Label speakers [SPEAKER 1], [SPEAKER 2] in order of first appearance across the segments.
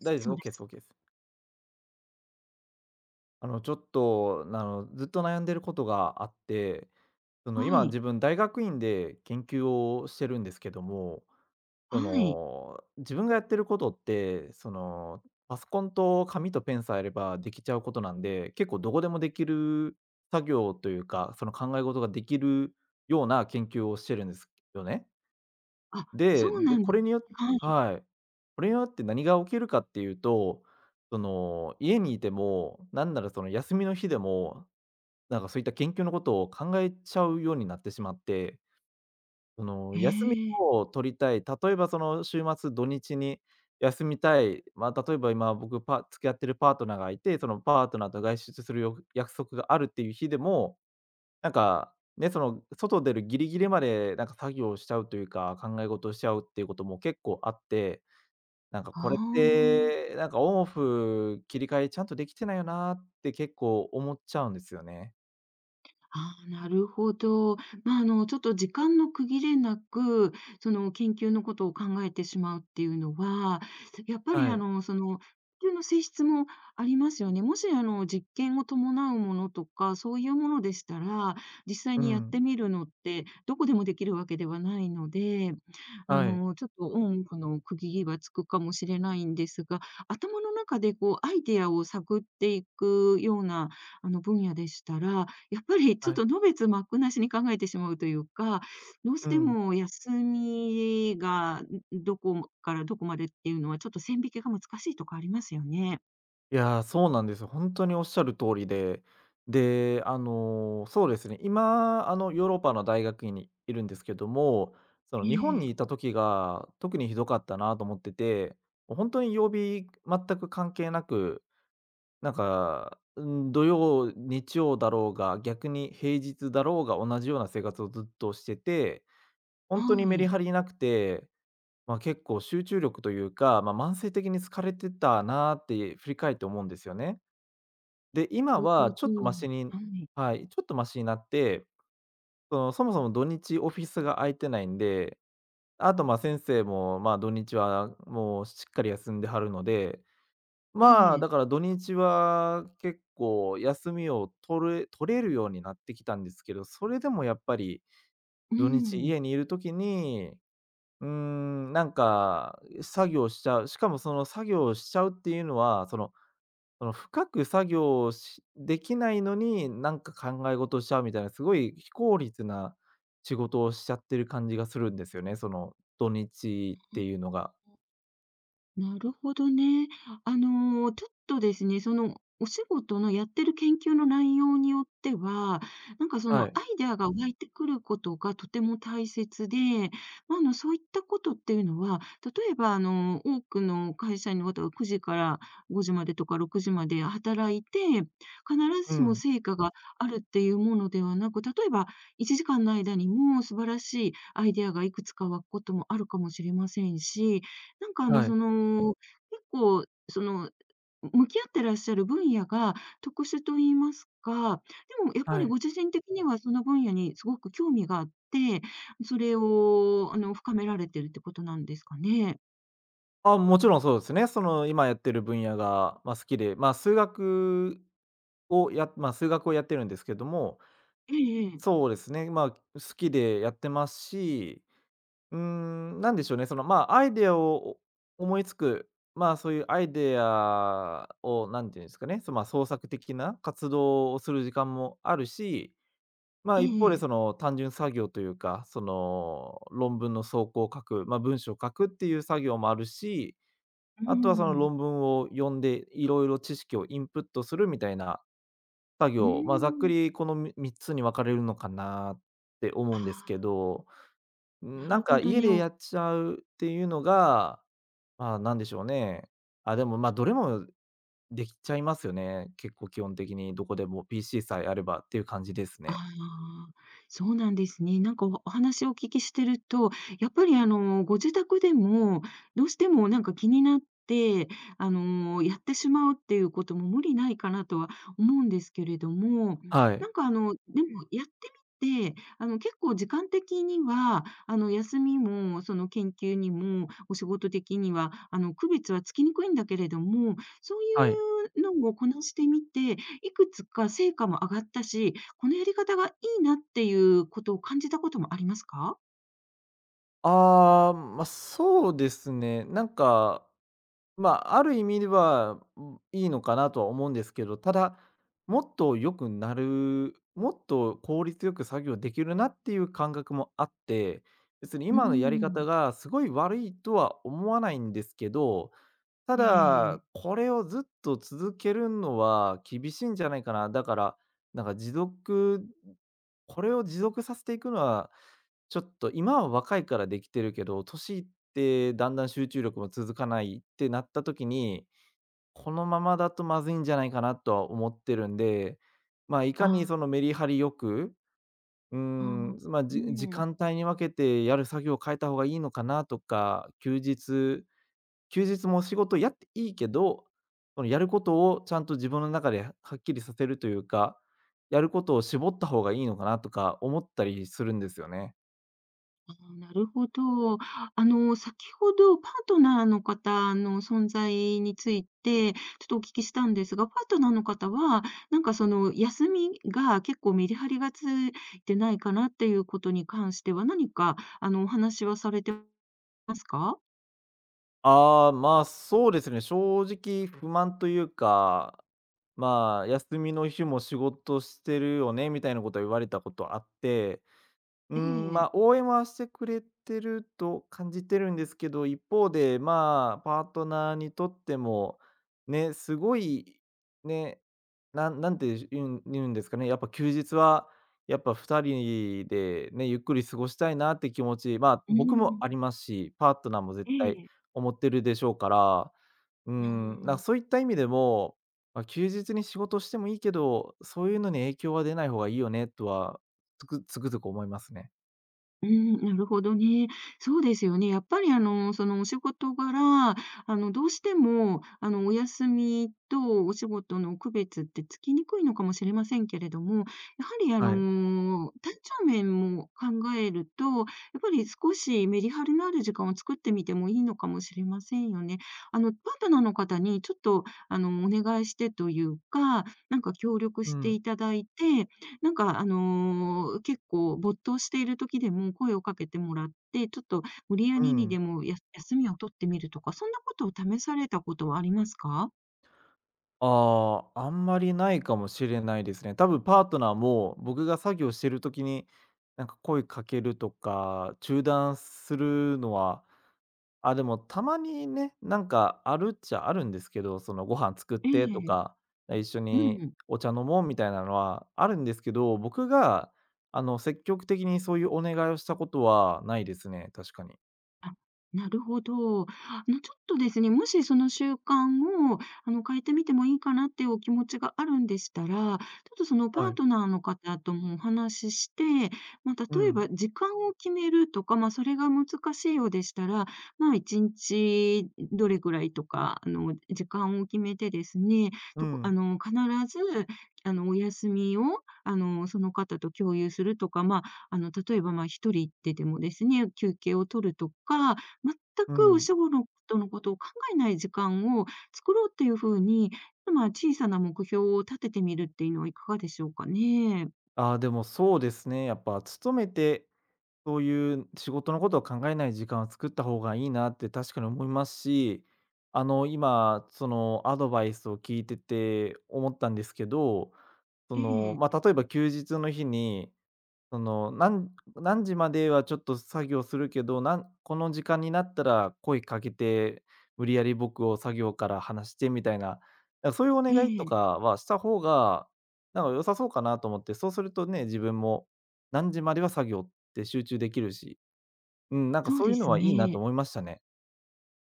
[SPEAKER 1] 大
[SPEAKER 2] そ
[SPEAKER 1] 丈
[SPEAKER 2] う
[SPEAKER 1] 夫
[SPEAKER 2] で
[SPEAKER 1] です。OK です。
[SPEAKER 2] す。
[SPEAKER 1] OK です。ちょっと、ずっと悩んでることがあって、その、
[SPEAKER 2] は
[SPEAKER 1] 今
[SPEAKER 2] い、
[SPEAKER 1] 自分大学院で研究をしてるんですけども、
[SPEAKER 2] は
[SPEAKER 1] そ
[SPEAKER 2] い。
[SPEAKER 1] の、自分がやってることって、その、パソコンと紙とペンさえあればできちゃうことなんで、結構どこでもできる作業というか、その考え事ができるような研究をしてるんですよね。
[SPEAKER 2] あ、そ
[SPEAKER 1] で、
[SPEAKER 2] うな
[SPEAKER 1] で、
[SPEAKER 2] ん
[SPEAKER 1] こ
[SPEAKER 2] で
[SPEAKER 1] れによ
[SPEAKER 2] すね。はい。
[SPEAKER 1] はい。これによって何が起きるかっていうと、その、家にいても、なんならその休みの日でも、なんかそういった研究のことを考えちゃうようになってしまって、その、
[SPEAKER 2] え
[SPEAKER 1] 休み
[SPEAKER 2] え、
[SPEAKER 1] を取りたい、例えばその週末、土日に休みたい、まあ、例えば今僕パ付き合ってるパートナーがいて、そのパートナーと外出するよ約束があるっていう日でもなんか、ね、その、外出るギリギリまで、なんか作業しちゃうというか、考え事をしちゃうっていうことも結構あって、なんか
[SPEAKER 2] あ
[SPEAKER 1] これっ
[SPEAKER 2] あ。
[SPEAKER 1] なんかオンオフ切り替えちゃんとできてないよなって結構思っちゃうんですよね。
[SPEAKER 2] ああ、なるほど。まあ、ちょっと時間の区切れなく、その研究のことを考えてしまうっていうのは、やっぱり
[SPEAKER 1] はい。
[SPEAKER 2] 研究の性質もありますよね。もし実験を伴うものとか、そういうものでしたら、実際
[SPEAKER 1] う
[SPEAKER 2] にやっ
[SPEAKER 1] ん。
[SPEAKER 2] てみるのって、どこでもできるわけではないので、
[SPEAKER 1] はい、
[SPEAKER 2] ちょっとオンオフの区切りはつくかもしれないんですが、頭の中でこう、アイデアを探っていくような、分野でしたら、やっぱりち
[SPEAKER 1] は
[SPEAKER 2] ょっ
[SPEAKER 1] い。
[SPEAKER 2] とのべつ幕なしに考えてしまうというか、どう
[SPEAKER 1] う
[SPEAKER 2] して
[SPEAKER 1] ん。
[SPEAKER 2] も休みが、どこからどこまでっていうのは、ちょっと線引きが難しいとこありますよね。
[SPEAKER 1] いやー、そうなんですよ。本当におっしゃる通りで、で、あの、そうですね、今、あの、ヨーロッパの大学院にいるんですけども、そ
[SPEAKER 2] え
[SPEAKER 1] の、日本にいた
[SPEAKER 2] え、
[SPEAKER 1] 時が特にひどかったなと思ってて、もう本当に曜日全く関係なく、なんか、う土曜、日曜だろうが、逆に平日だろうが同じような生活をずっとしてて、
[SPEAKER 2] は
[SPEAKER 1] 本当にメリ
[SPEAKER 2] い。
[SPEAKER 1] ハリなくて、まあ、結構集中力というか、まあ、慢性的に疲れてたなーって振り返って思うんですよね。で、今
[SPEAKER 2] なる
[SPEAKER 1] は
[SPEAKER 2] ほ
[SPEAKER 1] ちょ
[SPEAKER 2] ど。
[SPEAKER 1] っとマシに
[SPEAKER 2] はい。
[SPEAKER 1] はい、ちょっとマシになって、その、そもそも土日オフィスが空いてないんで、あと、ま、先生も、ま、土日はもうしっかり休んではるので、
[SPEAKER 2] え
[SPEAKER 1] まあ、
[SPEAKER 2] え、
[SPEAKER 1] だから土日は結構休みを取れ取れるようになってきたんですけど、それでもやっぱり
[SPEAKER 2] う
[SPEAKER 1] 土日
[SPEAKER 2] ん。
[SPEAKER 1] 家にいる時に、うーん、なんか作業しちゃう、しかもその作業しちゃうっていうのは、その深く作業をしできないのに、なんか考え事をしちゃうみたいな、すごい非効率な仕事をしちゃってる感じがするんですよね、その土日っていうのが。
[SPEAKER 2] なるほどね。ちょっとですね、お仕事のやってる研究の内容によっては、なんかそ
[SPEAKER 1] は
[SPEAKER 2] の
[SPEAKER 1] い。
[SPEAKER 2] アイデアが湧いてくることがとても大切で、まあ、そういったことっていうのは、例えば、多くの会社員の方が9時から5時までとか6時まで働いて、必
[SPEAKER 1] う
[SPEAKER 2] ずしも
[SPEAKER 1] ん。
[SPEAKER 2] 成果があるっていうものではなく、例えば1時間の間にも素晴らしいアイデアがいくつか湧くこともあるかもしれませんし、なんか
[SPEAKER 1] はい。
[SPEAKER 2] 結構向き合ってらっしゃる分野が特殊と言いますか、でもやっぱ
[SPEAKER 1] は
[SPEAKER 2] り
[SPEAKER 1] い。
[SPEAKER 2] ご自身的にはその分野にすごく興味があって、それを深められてるってことなんですかね？
[SPEAKER 1] あ、もちろんそうですね。その今やってる分野が、まあ、好きで、まあ、数学をやってるんですけども、
[SPEAKER 2] ええ、ええ。
[SPEAKER 1] そうですね、まあ、好きでやってますしうーん、なんでしょうね、その、まあ、アイデアをお思いつく、まあ、そういうアイデアを、なんていうんですかね、そ、まあ、創作的な活動をする時間もあるし、ま
[SPEAKER 2] え
[SPEAKER 1] あ、一方で
[SPEAKER 2] え、
[SPEAKER 1] その単純作業というか、その論文の草稿を書く、まあ、文章を書くっていう作業もあるし、
[SPEAKER 2] う
[SPEAKER 1] あとはその
[SPEAKER 2] ん。
[SPEAKER 1] 論文を読んで、いろいろ知識をインプットするみたいな作
[SPEAKER 2] う
[SPEAKER 1] 業、まあ、ざっく
[SPEAKER 2] ん。
[SPEAKER 1] りこのみ3つに分かれるのかなって思うんですけ
[SPEAKER 2] ああ、
[SPEAKER 1] ど。
[SPEAKER 2] な
[SPEAKER 1] なん
[SPEAKER 2] るほ
[SPEAKER 1] か
[SPEAKER 2] ど
[SPEAKER 1] 家
[SPEAKER 2] ね。
[SPEAKER 1] でやっちゃうっていうのが、まあ、なんでしょうね。あ、でも、まあ、どれもできちゃいますよね。結構基本的にどこでも PC さえあればっていう感じです
[SPEAKER 2] あ
[SPEAKER 1] ね。
[SPEAKER 2] あ、そうなんですね。なんかお話をお聞きしてると、やっぱりご自宅でも、どうしてもなんか気になって、やってしまうっていうことも無理ないかなとは思うんですけれども、
[SPEAKER 1] はい。
[SPEAKER 2] なんかでもやってみて、結構時間的には、休みも、その研究にも、お仕事的には、区別はつきにくいんだけれども、そう
[SPEAKER 1] はい。
[SPEAKER 2] いうのをこなしてみて、いくつか成果も上がったし、このやり方がいいなっていうことを感じたこともありますか？
[SPEAKER 1] ああ、まあ、そうですね。なんかまあ、ある意味では、うん、いいのかなとは思うんですけど、ただ、もっと良くなる、もっと効率よく作業できるなっていう感覚もあって、別に
[SPEAKER 2] うー
[SPEAKER 1] 今のやり
[SPEAKER 2] ん。
[SPEAKER 1] 方がすごい悪いとは思わないんですけど、た
[SPEAKER 2] え
[SPEAKER 1] だ、
[SPEAKER 2] え、
[SPEAKER 1] これをずっと続けるのは厳しいんじゃないかな。だから、なんか持続これを持続させていくのはちょっと今は若いからできてるけど、年いってだんだん集中力も続かないってなった時に、このままだとまずいんじゃないかなとは思ってるんで、まあ、いかにそ
[SPEAKER 2] あ
[SPEAKER 1] のメリハリよく、うー
[SPEAKER 2] あ、
[SPEAKER 1] ん、まあ、
[SPEAKER 2] う
[SPEAKER 1] じ時
[SPEAKER 2] ん。
[SPEAKER 1] 間帯に分けてやる作業を変えた方がいいのかなとか、休日も仕事やっていいけど、そのやることをちゃんと自分の中でははっきりさせるというか、やることを絞った方がいいのかなとか思ったりするんですよね。
[SPEAKER 2] ああ、なるほど。先ほどパートナーの方の存在について、ちょっとお聞きしたんですが、パートナーの方は、なんかその休みが結構メリハリがついてないかなっていうことに関しては、何かお話はされてますか？
[SPEAKER 1] ああ、まあ、そうですね、正直不満というか、まあ、休みの日も仕事してるよねみたいなことは言われたことあってう
[SPEAKER 2] え
[SPEAKER 1] ん、ま
[SPEAKER 2] え。
[SPEAKER 1] あ、応援はしてくれてると感じてるんですけど、一方で、まあ、パートナーにとっても、ね、すごい、ね、なんなんて言うん言うんですかね、やっぱ休日は、やっぱ2人でね、ゆっくり過ごしたいなって気持ち、まあ、
[SPEAKER 2] う
[SPEAKER 1] 僕も
[SPEAKER 2] ん。
[SPEAKER 1] ありますし、パートナーも絶
[SPEAKER 2] え
[SPEAKER 1] 対
[SPEAKER 2] え。
[SPEAKER 1] 思ってるでしょうから、う
[SPEAKER 2] うー
[SPEAKER 1] ん、なんか
[SPEAKER 2] ん。
[SPEAKER 1] そういった意味でも、まあ、休日に仕事してもいいけど、そういうのに影響は出ない方がいいよねとは、つくつくづく思いますね。
[SPEAKER 2] うん、なるほどね。そうですよね。やっぱりそのお仕事柄、どうしても、お休みとお仕事の区別ってつきにくいのかもしれませんけれども、やはり
[SPEAKER 1] はい。
[SPEAKER 2] 体調面も考えると、やっぱり少しメリハリのある時間を作ってみてもいいのかもしれませんよね。パートナーの方にちょっと、お願いしてというか、なんか協力
[SPEAKER 1] う
[SPEAKER 2] して
[SPEAKER 1] ん、
[SPEAKER 2] いただいて、なんか、結構没頭している時でも声をかけてもらって、ちょっと無理や
[SPEAKER 1] う
[SPEAKER 2] りに
[SPEAKER 1] ん。
[SPEAKER 2] でも休みを取ってみるとか、そんなことを試されたことはありますか？
[SPEAKER 1] ああ、あんまりないかもしれないですね。多分パートナーも、僕が作業してる時に、なんか声かけるとか、中断するのは、あ、でもたまにね、なんかあるっちゃあるんですけど、そのご飯作っ
[SPEAKER 2] え
[SPEAKER 1] てと
[SPEAKER 2] え、
[SPEAKER 1] か、一緒
[SPEAKER 2] う
[SPEAKER 1] に
[SPEAKER 2] ん。
[SPEAKER 1] お茶飲もうみたいなのはあるんですけど、僕があの積極的にそういうお願いをしたことはないですね、確かに。
[SPEAKER 2] あ、なるほど。ちょっとですね、もしその習慣を、変えてみてもいいかなっていうお気持ちがあるんでしたら、ちょっとその
[SPEAKER 1] は
[SPEAKER 2] パー
[SPEAKER 1] い。
[SPEAKER 2] トナーの方ともお話しして、まあ、
[SPEAKER 1] う
[SPEAKER 2] 例え
[SPEAKER 1] ん、
[SPEAKER 2] ば時間を決めるとか、まあ、それが難しいようでしたら、まあ、一日どれぐらいとか、時間を決めてですね、
[SPEAKER 1] う
[SPEAKER 2] とこあ
[SPEAKER 1] ん、
[SPEAKER 2] の、必ず、お休みを、その方と共有するとか、まあ例えば、まあ、一人行っててもですね、休憩を取るとか、全
[SPEAKER 1] う
[SPEAKER 2] くお
[SPEAKER 1] ん。
[SPEAKER 2] 仕事のことを考えない時間を作ろうっていう風に、まあ、小さな目標を立ててみるっていうのはいかがでしょうかね。
[SPEAKER 1] ああ、でもそうですね。やっぱ勤めて、そういう仕事のことを考えない時間を作った方がいいなって確かに思いますし、あの、今、そのアドバイスを聞いてて思ったんですけど、そ
[SPEAKER 2] え
[SPEAKER 1] の、
[SPEAKER 2] え、
[SPEAKER 1] まあ、例えば休日の日にその、何時まではちょっと作業するけど、なんこの時間になったら声かけて、無理やり僕を作業から離してみたいな、なんかそういうお
[SPEAKER 2] え
[SPEAKER 1] 願いと
[SPEAKER 2] え、
[SPEAKER 1] かはした方が、なんか良さそうかなと思って、そうするとね、自分も何時までは作業って集中できるし、うん、なんか
[SPEAKER 2] そう
[SPEAKER 1] そうい
[SPEAKER 2] で
[SPEAKER 1] うの
[SPEAKER 2] す
[SPEAKER 1] はいいなと
[SPEAKER 2] ね。
[SPEAKER 1] 思いましたね。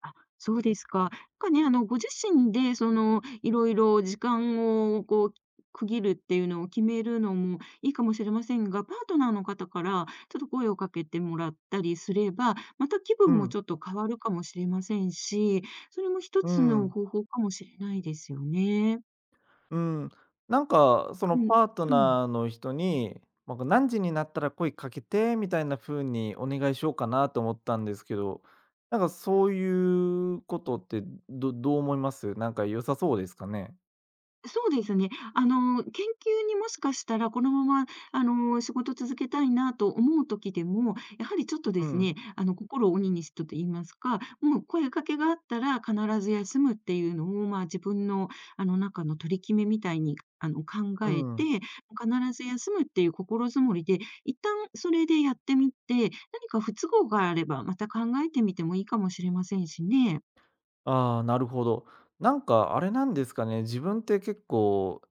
[SPEAKER 2] あ、そうですか。なんかね、ご自身で、いろいろ時間を、こう、区切るっていうのを決めるのもいいかもしれませんが、パートナーの方からちょっと声をかけてもらったりすれば、また気
[SPEAKER 1] う
[SPEAKER 2] 分も
[SPEAKER 1] ん、
[SPEAKER 2] ちょっと変わるかもしれませんし、それも一
[SPEAKER 1] う
[SPEAKER 2] つの
[SPEAKER 1] ん。
[SPEAKER 2] 方法かもしれないですよね。
[SPEAKER 1] うん、なんかその
[SPEAKER 2] うん、
[SPEAKER 1] パート
[SPEAKER 2] うん。
[SPEAKER 1] ナーの人に、なんか「何時になったら声かけて」みたいな風にお願いしようかなと思ったんですけど、なんかそういうことって、どう思います？なんか良さそうですかね？
[SPEAKER 2] そうですね。研究にもしかしたらこのまま、仕事続けたいなと思う時でも、やはりちょっと
[SPEAKER 1] う
[SPEAKER 2] です
[SPEAKER 1] ん、
[SPEAKER 2] ね、心を鬼にしてと言いますか、もう声かけがあったら必ず休むっていうのを、まあ、自分の、中の取り決めみたいに、考
[SPEAKER 1] う
[SPEAKER 2] えて、
[SPEAKER 1] ん。
[SPEAKER 2] 必ず休むっていう心づもりで、一旦それでやってみて、何か不都合があれば、また考えてみてもいいかもしれませんしね。
[SPEAKER 1] ああ、なるほど。なんかあれなんですかね、自分って結構、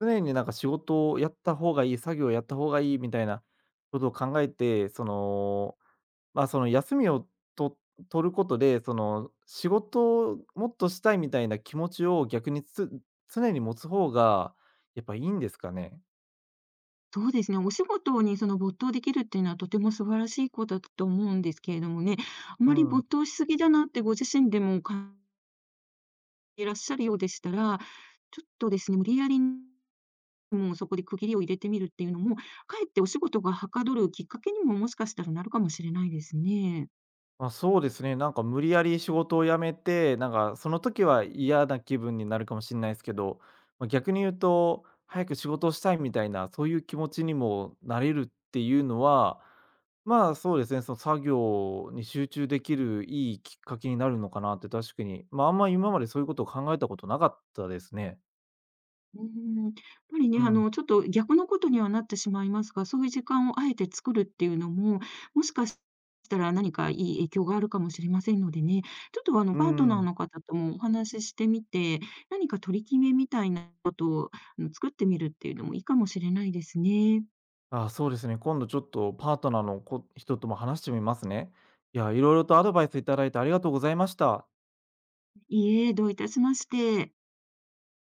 [SPEAKER 1] 常になんか仕事をやった方がいい、作業をやった方がいいみたいなことを考えて、そのまあ、その休みをと取ることで、その仕事をもっとしたいみたいな気持ちを逆に常に持つ方がやっぱいいんですかね？
[SPEAKER 2] そうですね、お仕事に没頭できるっていうのはとても素晴らしいことだと思うんですけれどもね、あ
[SPEAKER 1] う
[SPEAKER 2] まり没
[SPEAKER 1] ん
[SPEAKER 2] 頭しすぎだなってご自身でも感じていらっしゃるようでしたら、ちょっとですね、無理やりもうそこで区切りを入れてみるっていうのも、かえってお仕事がはかどるきっかけにももしかしたらなるかもしれないですね。
[SPEAKER 1] まあ、そうですね、なんか無理やり仕事を辞めて、なんかその時は嫌な気分になるかもしれないですけど、まあ、逆に言うと、早く仕事をしたいみたいな、そういう気持ちにもなれるっていうのは、まあ、そうですね、その作業に集中できるいいきっかけになるのかなって確かに、ま、ああんま今までそういうことを考えたことなかったですね。
[SPEAKER 2] うーん、やっぱりね、
[SPEAKER 1] うん。
[SPEAKER 2] ちょっと逆のことにはなってしまいますが、そういう時間をあえて作るっていうのも、もしかしたら何かいい影響があるかもしれませんのでね、ちょっと
[SPEAKER 1] う
[SPEAKER 2] パートナー
[SPEAKER 1] ん。
[SPEAKER 2] の方ともお話ししてみて、何か取り決めみたいなことを、作ってみるっていうのもいいかもしれないですね。
[SPEAKER 1] あそうですね、今度ちょっとパートナーのこ人とも話してみますね。いや、いろいろとアドバイスいただいてありがとうございました。
[SPEAKER 2] いいえ、どういたしまして。